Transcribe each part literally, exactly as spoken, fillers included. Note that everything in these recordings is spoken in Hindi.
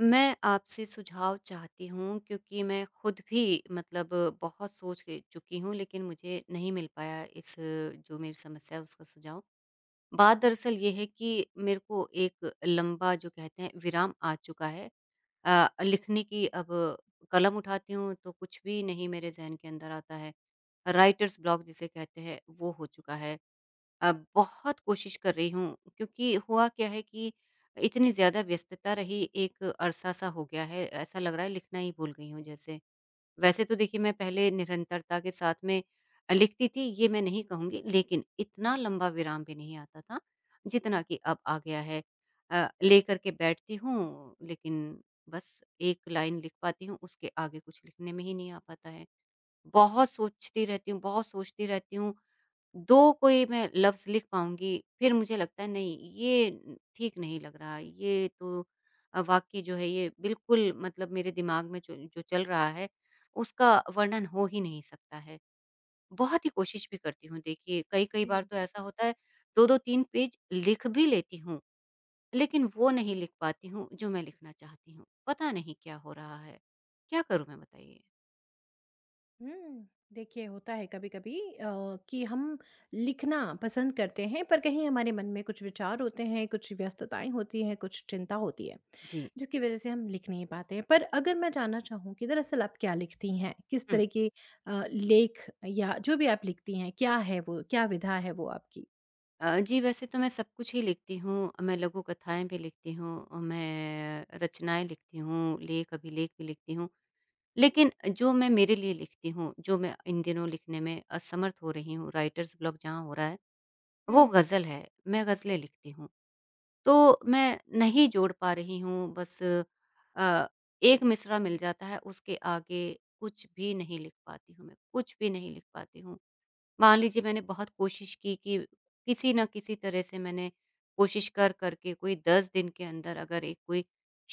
मैं आपसे सुझाव चाहती हूँ क्योंकि मैं खुद भी मतलब बहुत सोच के चुकी हूँ लेकिन मुझे नहीं मिल पाया इस जो मेरी समस्या है उसका सुझाव। बात दरअसल ये है कि मेरे को एक लंबा जो कहते हैं विराम आ चुका है। अ, लिखने की अब कलम उठाती हूँ तो कुछ भी नहीं मेरे ज़हन के अंदर आता है। राइटर्स ब्लॉक जिसे कहते हैं वो हो चुका है। अ, बहुत कोशिश कर रही हूँ क्योंकि हुआ क्या है कि इतनी ज़्यादा व्यस्तता रही। एक अरसा सा हो गया है, ऐसा लग रहा है लिखना ही भूल गई हूँ जैसे। वैसे तो देखिए मैं पहले निरंतरता के साथ में लिखती थी ये मैं नहीं कहूँगी, लेकिन इतना लंबा विराम भी नहीं आता था जितना कि अब आ गया है। अ, लेकर के बैठती हूँ, लेकिन बस एक लाइन लिख पाती हूँ, उसके आगे कुछ लिखने में ही नहीं आ पाता है। बहुत सोचती रहती हूँ, बहुत सोचती रहती हूँ। दो कोई मैं लफ्ज़ लिख पाऊँगी, फिर मुझे लगता है नहीं ये उम, ठीक नहीं लग रहा, ये तो अ, वाक्य जो है ये बिल्कुल मतलब मेरे दिमाग में जो जो चल रहा है, उसका वर्णन हो ही नहीं सकता है। बहुत ही कोशिश भी करती हूँ देखिए, कई-कई बार जी। तो ऐसा होता है दो दो तीन पेज लिख भी लेती हूँ, लेकिन वो नहीं लिख पाती हूँ जो मैं लिखना चाहती हूँ। पता नहीं क्या हो रहा है? क्या करूँ मैं बताइए? हुँ। देखिए, होता है कभी-कभी अ, कि हम लिखना पसंद करते हैं, पर कहीं हमारे मन में कुछ विचार होते हैं, कुछ व्यस्तताएँ होती हैं, कुछ चिंता होती है, जी। जिसकी वज़ह से हम लिख नहीं पाते हैं। पर अगर मैं जानना चाहूँ कि दरअसल आप क्या लिखती हैं? किस तरह के अ, लेख या जो भी आप लिखती हैं, क्या है वो? क्या विधा है वो आपकी? अ, जी, वैसे तो मैं सब कुछ ही लिखती हूँ। मैं लघु कथाएँ भी लिखती हूँ। अ, मैं रचनाएँ लिखती हूँ, लेख, अभिलेख भी लिखती हूँ। लेकिन जो मैं मेरे लिए लिखती हूँ, जो मैं इन दिनों लिखने में असमर्थ हो रही हूँ, राइटर्स ब्लॉक जहाँ हो रहा है, वो हुँ। ग़ज़ल है। मैं ग़ज़लें लिखती हूँ। तो मैं नहीं जोड़ पा रही हूँ, बस अ, एक मिसरा मिल जाता है, उसके आगे कुछ भी नहीं लिख पाती हूँ मैं, कुछ भी नहीं लिख पाती हूँ। मान लीजिए मैंने बहुत कोशिश की कि किसी न किसी तरह से मैंने कोशिश कर करके कोई दस दिन के अंदर अगर एक कोई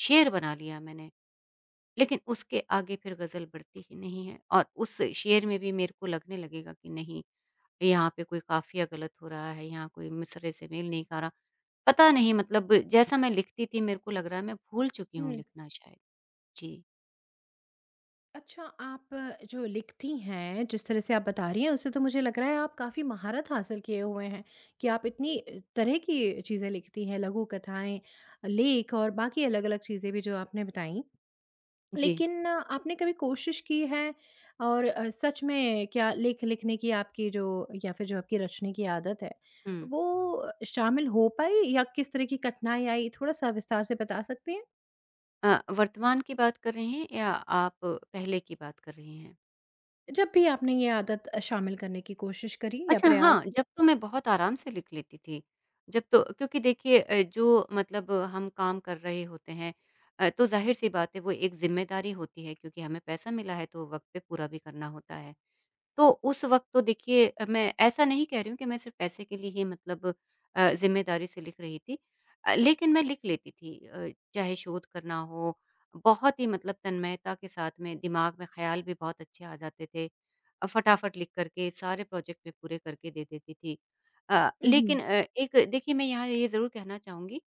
शेर बना लिया मैंने, लेकिन उसके आगे फिर गज़ल बढ़ती ही नहीं है, और उस शेर में भी मेरे को लगने लगेगा कि नहीं, यहाँ पे कोई काफ़िया गलत हो रहा है, यहाँ कोई मिसरे से मेल नहीं खा रहा। पता नहीं मतलब जैसा मैं लिखती थी मेरे को लग रहा है मैं भूल चुकी हूँ हुँ। लिखना शायद। जी, अच्छा, आप जो लिखती हैं, जिस तरह से आप बता रही हैं, उससे तो मुझे लग रहा है आप काफ़ी महारत हासिल किए हुए हैं कि आप इतनी अ, तरह की चीज़ें लिखती हैं, लघु कथाएँ, लेख और बाकी अलग-अलग चीज़ें भी जो आपने बताई। जी, लेकिन आपने कभी कोशिश की है और अ, सच में क्या लेख लिखने की आपकी जो या फिर जो आपकी रचने की आदत है, हुँ। वो शामिल हो पाई या किस तरह की कठिनाई आई? थोड़ा-सा विस्तार से बता सकती हैं? अ, वर्तमान की बात कर रहे हैं या आप पहले की बात कर रही हैं? जब भी आपने ये आदत अ, शामिल करने की कोशिश करी या अच्छा, प्रयास हाँ, किया? जब तो मैं बहुत आराम से लिख लेती थी। जब तो क्योंकि देखिए अ, जो मतलब हम काम कर रहे होते हैं अ, तो ज़ाहिर-सी बात है वो एक ज़िम्मेदारी होती है, क्योंकि हमें पैसा मिला है तो वक़्त पे पूरा भी करना होता है। तो उस वक़्त तो देखिए अ, मैं ऐसा नहीं कह रही हूँ कि मैं सिर्फ़ पैसे के लिए ही मतलब अ, ज़िम्मेदारी से लिख रही थी। अ, लेकिन मैं लिख लेती थी अ, चाहे शोध करना हो, बहुत ही मतलब तन्मयता के साथ में दिमाग में ख़्याल भी बहुत अच्छे आ जाते थे। अ, फटाफट लिख कर के सारे प्रोजेक्ट मैं पूरे करके दे देती थी। अ, उहुँ, लेकिन अ, एक देखिए मैं यहाँ ये ज़रूर कहना चाहूँगी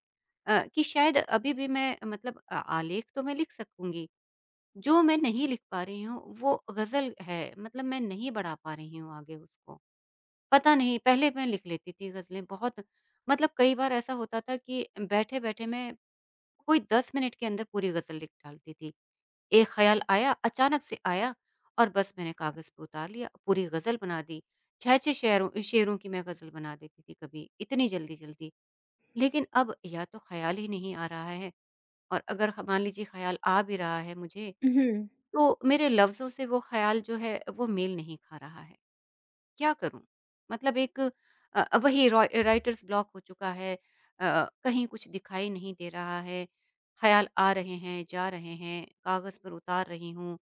अ, कि शायद अभी भी मैं मतलब अ, आलेख तो मैं लिख सकूँगी। जो मैं नहीं लिख पा रही हूँ, वो गज़ल है, मतलब मैं नहीं बढ़ा पा रही हूँ आगे उसको। पता नहीं, पहले मैं लिख लेती थी गज़लें बहुत, मतलब कई बार ऐसा होता था कि बैठे-बैठे मैं कोई दस मिनट के अंदर पूरी गज़ल लिख डालती थी। एक ख़्याल आया, अचानक से आया, और बस मैंने कागज़ पे उतार लिया, पूरी गज़ल बना दी। छह छह शेयरों शेरों शेरों की मैं गज़ल बना देती थी कभी, इतनी जल्दी-जल्दी। लेकिन अब या तो ख़्याल ही नहीं आ रहा है, और अगर ह मान लीजिए ख़्याल आ भी रहा है मुझे, उहुँ। तो मेरे लफ्ज़ों से वो ख़्याल जो है वो मेल नहीं खा रहा है। क्या करूँ? मतलब एक अ, वही रॉ राइटर्स ब्लॉक हो चुका है। अ, कहीं कुछ दिखाई नहीं दे रहा है। ख़्याल आ रहे हैं, जा रहे हैं, कागज़ पर उतार रही हूँ।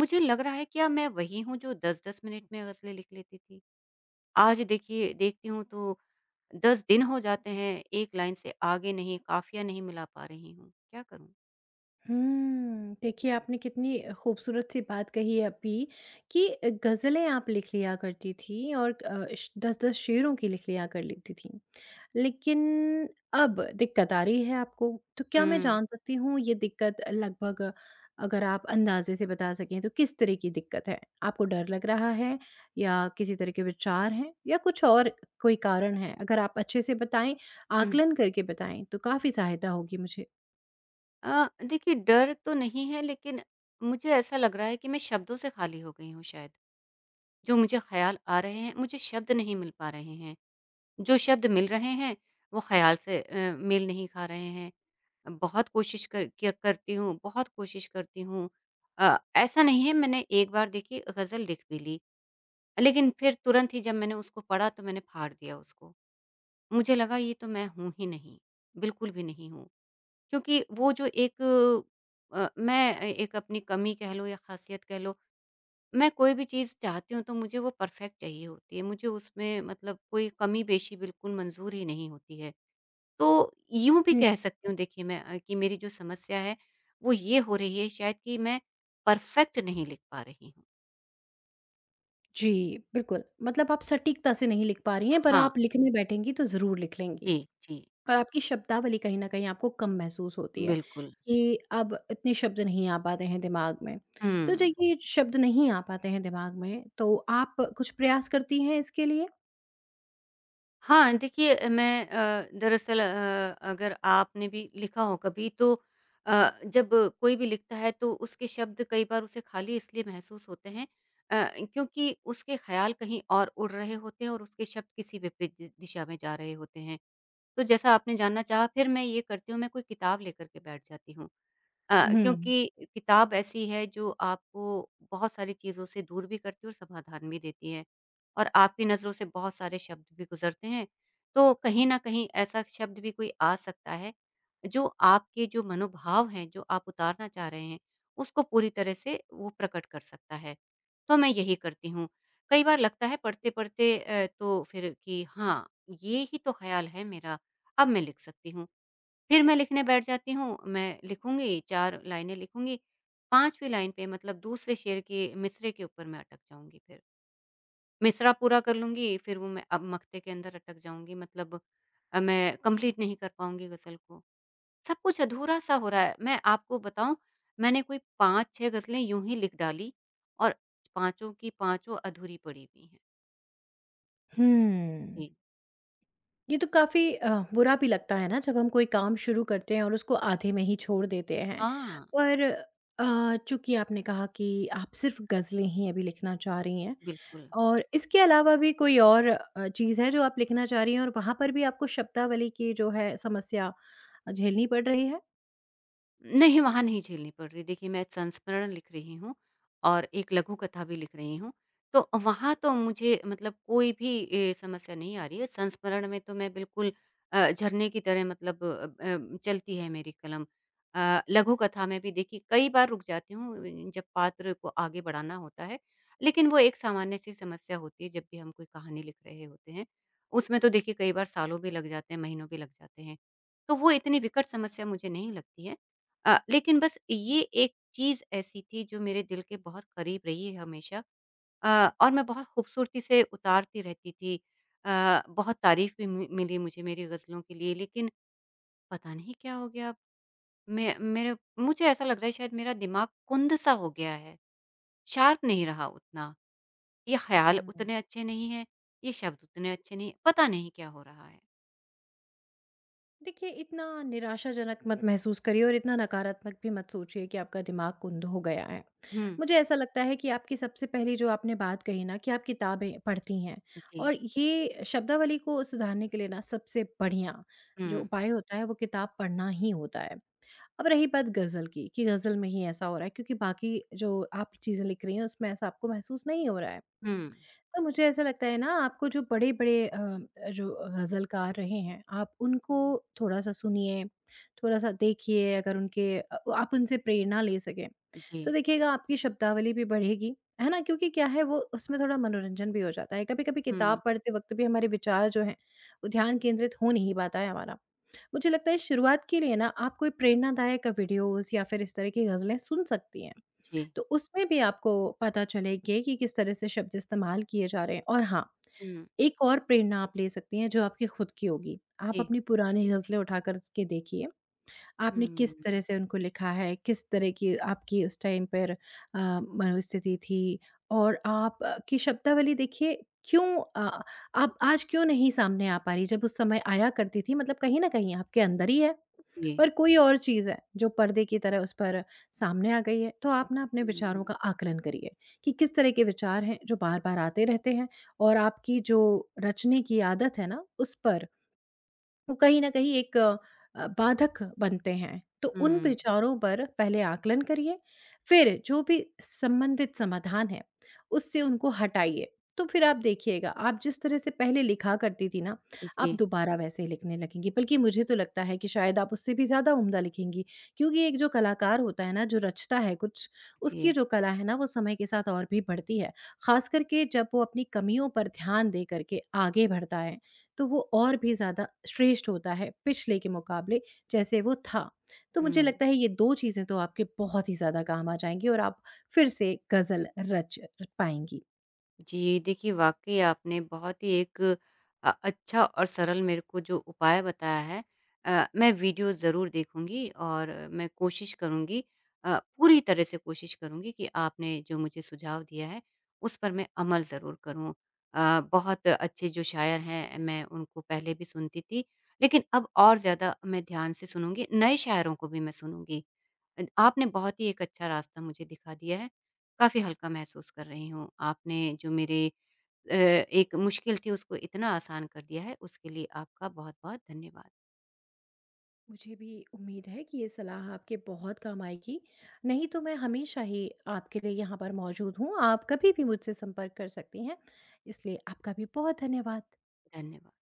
मुझे लग रहा है क्या मैं वही हूँ जो दस दस मिनट में ग़ज़लें लिख लेती थी? आज देखिए देखती हूँ तो दस दिन हो जाते हैं, एक लाइन से आगे नहीं, काफ़िया नहीं मिला पा रही हूँ। क्या करूँ? हुँ, देखिए आपने कितनी खूबसूरत सी बात कही है अभी कि गज़लें आप लिख लिया करती थीं और अ, श दस दस शेरों की लिख लिया कर लेती थीं। लेकिन अब दिक्कत आ रही है आपको, तो क्या मैं जान सकती हूँ ये दिक्कत लगभग अगर आप अंदाज़े से बता सकें तो किस तरह की दिक्कत है? आपको डर लग रहा है या किसी तरह के विचार हैं या कुछ और कोई कारण है? अगर आप अच्छे से बताएँ, हुँ। आकलन करके बताएँ तो काफ़ी सहायता होगी मुझे। अ, देखिए डर तो नहीं है, लेकिन मुझे ऐसा लग रहा है कि मैं शब्दों से खाली हो गई हूँ शायद। जो मुझे ख़्याल आ रहे हैं, मुझे शब्द नहीं मिल पा रहे हैं। जो शब्द मिल रहे हैं, वो ख़्याल से अ, मेल नहीं खा रहे हैं। बहुत कोशिश कर किया करती हूँ, बहुत कोशिश करती हूँ। अ, ऐसा नहीं है, मैंने एक बार देखिए गज़ल लिख भी ली, लेकिन फिर तुरंत ही जब मैंने उसको पढ़ा तो मैंने फाड़ दिया उसको। मुझे लगा ये तो मैं हूँ ही नहीं, बिल्कुल भी नहीं हूँ। क्योंकि वो जो एक अ, मैं एक अपनी कमी कह लो या खासियत कह लो, मैं कोई भी चीज़ चाहती हूँ तो मुझे वो परफ़ेक्ट चाहिए होती है। मुझे उसमें मतलब कोई कमी-पेशी बिल्कुल मंज़ूर ही नहीं होती है। तो यूँ भी हुँ। कह सकती हूँ देखिए मैं अ, कि मेरी जो समस्या है वो ये हो रही है शायद कि मैं परफ़ेक्ट नहीं लिख पा रही हूँ। जी, बिल्कुल। मतलब आप सटीकता से नहीं लिख पा रही हैं पर हाँ, आप लिखने बैठेंगी तो ज़रूर लिख लेंगी जी, जी, और आपकी शब्दावली कहीं न कहीं आपको कम महसूस होती है बिल्कुल। कि अब इतने शब्द नहीं आ पाते हैं दिमाग में। तो जो हुँ। ये शब्द नहीं आ पाते हैं दिमाग में तो आप कुछ प्रयास करती हैं इसके लिए? हाँ, देखिए अ, मैं अ, दरअसल अ, अगर आपने भी लिखा हो कभी तो अ, जब कोई भी लिखता है तो उसके शब्द कई बार उसे खाली इसलिए महसूस होते हैं अ, क्योंकि उसके ख़्याल कहीं और उड़ रहे होते हैं, और उसके शब्द किसी विपरीत दि दिशा में जा रहे होते हैं। तो जैसा आपने जानना चाहा, फिर मैं ये करती हूँ, मैं कोई किताब लेकर के बैठ जाती हूँ। अ, हुँ, क्योंकि किताब ऐसी है जो आपको बहुत सारी चीज़ों से दूर भी करती है और समाधान भी देती है, और आपकी नज़रों से बहुत सारे शब्द भी गुज़रते हैं, तो कहीं न कहीं ऐसा शब्द भी कोई आ सकता है, जो आपके जो मनोभाव हैं, जो आप उतारना चाह रहे हैं, उसको पूरी तरह से वो प्रकट कर सकता है। तो मैं यही करती हूँ। कई बार लगता है पढ़ते-पढ़ते अ, तो फिर कि हाँ, ये ही तो ख़्याल है मेरा, अब मैं लिख सकती हूँ। फिर मैं लिखने बैठ जाती हूँ, मैं लिखूँगी चार लाइनें लिखूँगी, पाँचवीं लाइन पे मतलब दूसरे शेर के मिसरे के ऊपर मैं अटक जाऊँगी फिर। मिसरा पूरा कर लूँगी, फिर वो मैं अब मक्ते के अंदर अटक जाऊँगी, मतलब अ, मैं कंप्लीट नहीं कर पाऊँगी गज़ल को। सब कुछ अधूरा-सा हो रहा है। मैं आपको बताऊँ, मैंने कोई पाँच छह गज़लें यूँ ही लिख डाली, और पाँचों की पाँचों अधूरी पड़ी हुई हैं। हुँ। जी। ये तो काफ़ी अ, बुरा भी लगता है ना जब हम कोई काम शुरू करते हैं और उसको आधे में ही छोड़ देते हैं। हाँ, पर अ, चूँकि आपने कहा कि आप सिर्फ़ गज़लें ही अभी लिखना चाह रही हैं बिल्कुल। और इसके अलावा भी कोई और अ, चीज़ है जो आप लिखना चाह रही हैं और वहाँ पर भी आपको शब्दावली की जो है समस्या झेलनी पड़ रही है? नहीं, वहाँ नहीं झेलनी पड़ रही। देखिए, मैं संस्मरण लिख रही हूँ और एक लघु कथा भी लिख रही हूँ। तो वहाँ तो मुझे मतलब कोई भी ए, समस्या नहीं आ रही है। संस्मरण में तो मैं बिल्कुल अ, झरने की तरह, मतलब अ अ, चलती है मेरी कलम। अ, लघु कथा में भी देखिए कई बार रुक जाती हूँ अ, जब पात्र को आगे बढ़ाना होता है। लेकिन वो एक सामान्य-सी समस्या होती है जब भी हम कोई कहानी लिख रहे होते हैं। उसमें तो देखिए कई बार सालों भी लग जाते हैं, महीनों भी लग जाते हैं। तो वो इतनी विकट समस्या मुझे नहीं लगती है। अ, लेकिन बस ये एक चीज़ ऐसी थी जो मेरे दिल के बहुत करीब रही है हमेशा, अ, और मैं बहुत खूबसूरती से उतारती रहती थी। अ, बहुत तारीफ़ भी मि मिली मुझे मेरी ग़ज़लों के लिए, लेकिन पता नहीं क्या हो गया, मैं मेरे मुझे ऐसा लग रहा है शायद मेरा दिमाग कुंद-सा हो गया है, शार्प नहीं रहा उतना। ये ख़्याल हुँ। उतने अच्छे नहीं हैं, ये शब्द उतने अच्छे नहीं, पता नहीं क्या हो रहा है। देखिए, इतना निराशाजनक मत महसूस करिए और इतना नकारात्मक भी मत सोचिए कि आपका दिमाग कुंद हो गया है। हुँ, मुझे ऐसा लगता है कि आपकी सबसे पहली जो आपने बात कही ना कि आप किताबें पढ़ती हैं जी। और ये शब्दावली को सुधारने के लिए ना सबसे बढ़िया हुँ, जो उपाय होता है वो किताब पढ़ना ही होता है। अब रही बात गज़ल की, कि गज़ल में ही ऐसा हो रहा है क्योंकि बाकी जो आप चीज़ें लिख रही हैं उसमें ऐसा आपको महसूस नहीं हो रहा है। हुँ, तो मुझे ऐसा लगता है ना आपको जो बड़े-बड़े अ, जो ग़ज़लकार रहे हैं, आप उनको थोड़ा-सा सुनिए, थोड़ा-सा देखिए अगर उनके अ, आप उनसे प्रेरणा ले सकें, जी। तो देखिएगा आपकी शब्दावली भी बढ़ेगी, है ना? क्योंकि क्या है वो उसमें थोड़ा मनोरंजन भी हो जाता है। कभी-कभी किताब हुँ, पढ़ते वक़्त भी हमारे विचार जो हैं, वो ध्यान केंद्रित हो नहीं पाता है हमारा। मुझे लगता है शुरुआत के लिए ना आप कोई प्रेरणादायक वीडियोज़ या फिर इस तरह की ग़ज़लें सुन सकती हैं। जी। तो उसमें भी आपको पता चलेगी कि किस तरह से शब्द इस्तेमाल किए जा रहे हैं और हाँ, हुँ, एक और प्रेरणा आप ले सकती हैं जो आपकी खुद की होगी। आप जी। अपनी पुरानी गज़लें उठा कर के देखिए, आपने हुँ। किस तरह से उनको लिखा है, किस तरह की आपकी उस टाइम पर अ, मनोस्थिति थी और आप अ, की शब्दावली देखिए क्यों अ, आप आज क्यों नहीं सामने आ पा रही जब उस समय आया करती थी मतलब कहीं न कहीं आपके अंदर ही है। जी। पर कोई और चीज़ है जो पर्दे की तरह उस पर सामने आ गई है, तो आप ना अपने हुँ, हुँ। विचारों का आकलन करिए कि किस तरह के विचार हैं जो बार-बार आते रहते हैं और आपकी जो रचने की आदत है ना, उस पर वो कहीं न कहीं एक अ, बाधक बनते हैं। तो उन हुँ। विचारों पर पहले आकलन करिए, फिर जो भी संबंधित समाधान है, उससे उनको हटाइए। तो फिर आप देखिएगा, आप जिस तरह से पहले लिखा करती थी ना, आप जी, दोबारा वैसे ही लिखने लगेंगी। बल्कि मुझे तो लगता है कि शायद आप उससे भी ज़्यादा उम्दा लिखेंगी, क्योंकि एक जो कलाकार होता है ना, जो रचता है कुछ, उसकी जी। जो कला है ना, वो समय के साथ और भी बढ़ती है। ख़ास करके जब वो अपनी कमियों पर ध्यान दे करके आगे बढ़ता है। तो वो और भी ज़्यादा श्रेष्ठ होता है पिछले के मुकाबले जैसे वो था। तो मुझे हुँ। लगता है ये दो चीज़ें तो आपके बहुत ही ज़्यादा काम आ जाएँगी और आप फिर से गज़ल रच पाएँगी। जी, देखिए वाक़ई आपने बहुत ही एक अ, अच्छा और सरल मेरे को जो उपाय बताया है, अ, मैं वीडियो ज़रूर देखूँगी, और मैं कोशिश करूँगी, अ, पूरी तरह से कोशिश करूँगी कि आपने जो मुझे सुझाव दिया है, उस पर मैं अमल ज़रूर करूँ। अ, बहुत अच्छे जो शायर हैं, मैं उनको पहले भी सुनती थी, लेकिन अब और ज़्यादा मैं ध्यान से सुनूँगी, नए शायरों को भी मैं सुनूँगी। अ, आपने बहुत ही एक अच्छा रास्ता मुझे दिखा दिया है, काफ़ी हल्का महसूस कर रही हूँ। आपने जो मेरे अ, एक मुश्किल थी उसको इतना आसान कर दिया है, उसके लिए आपका बहुत-बहुत धन्यवाद। मुझे भी उम्मीद है कि ये सलाह आपके बहुत काम आएगी। नहीं तो मैं हमेशा ही आपके लिए यहाँ पर मौजूद हूँ। आप कभी भी मुझसे संपर्क कर सकती हैं। इसलिए आपका भी बहुत धन्यवाद। धन्यवाद।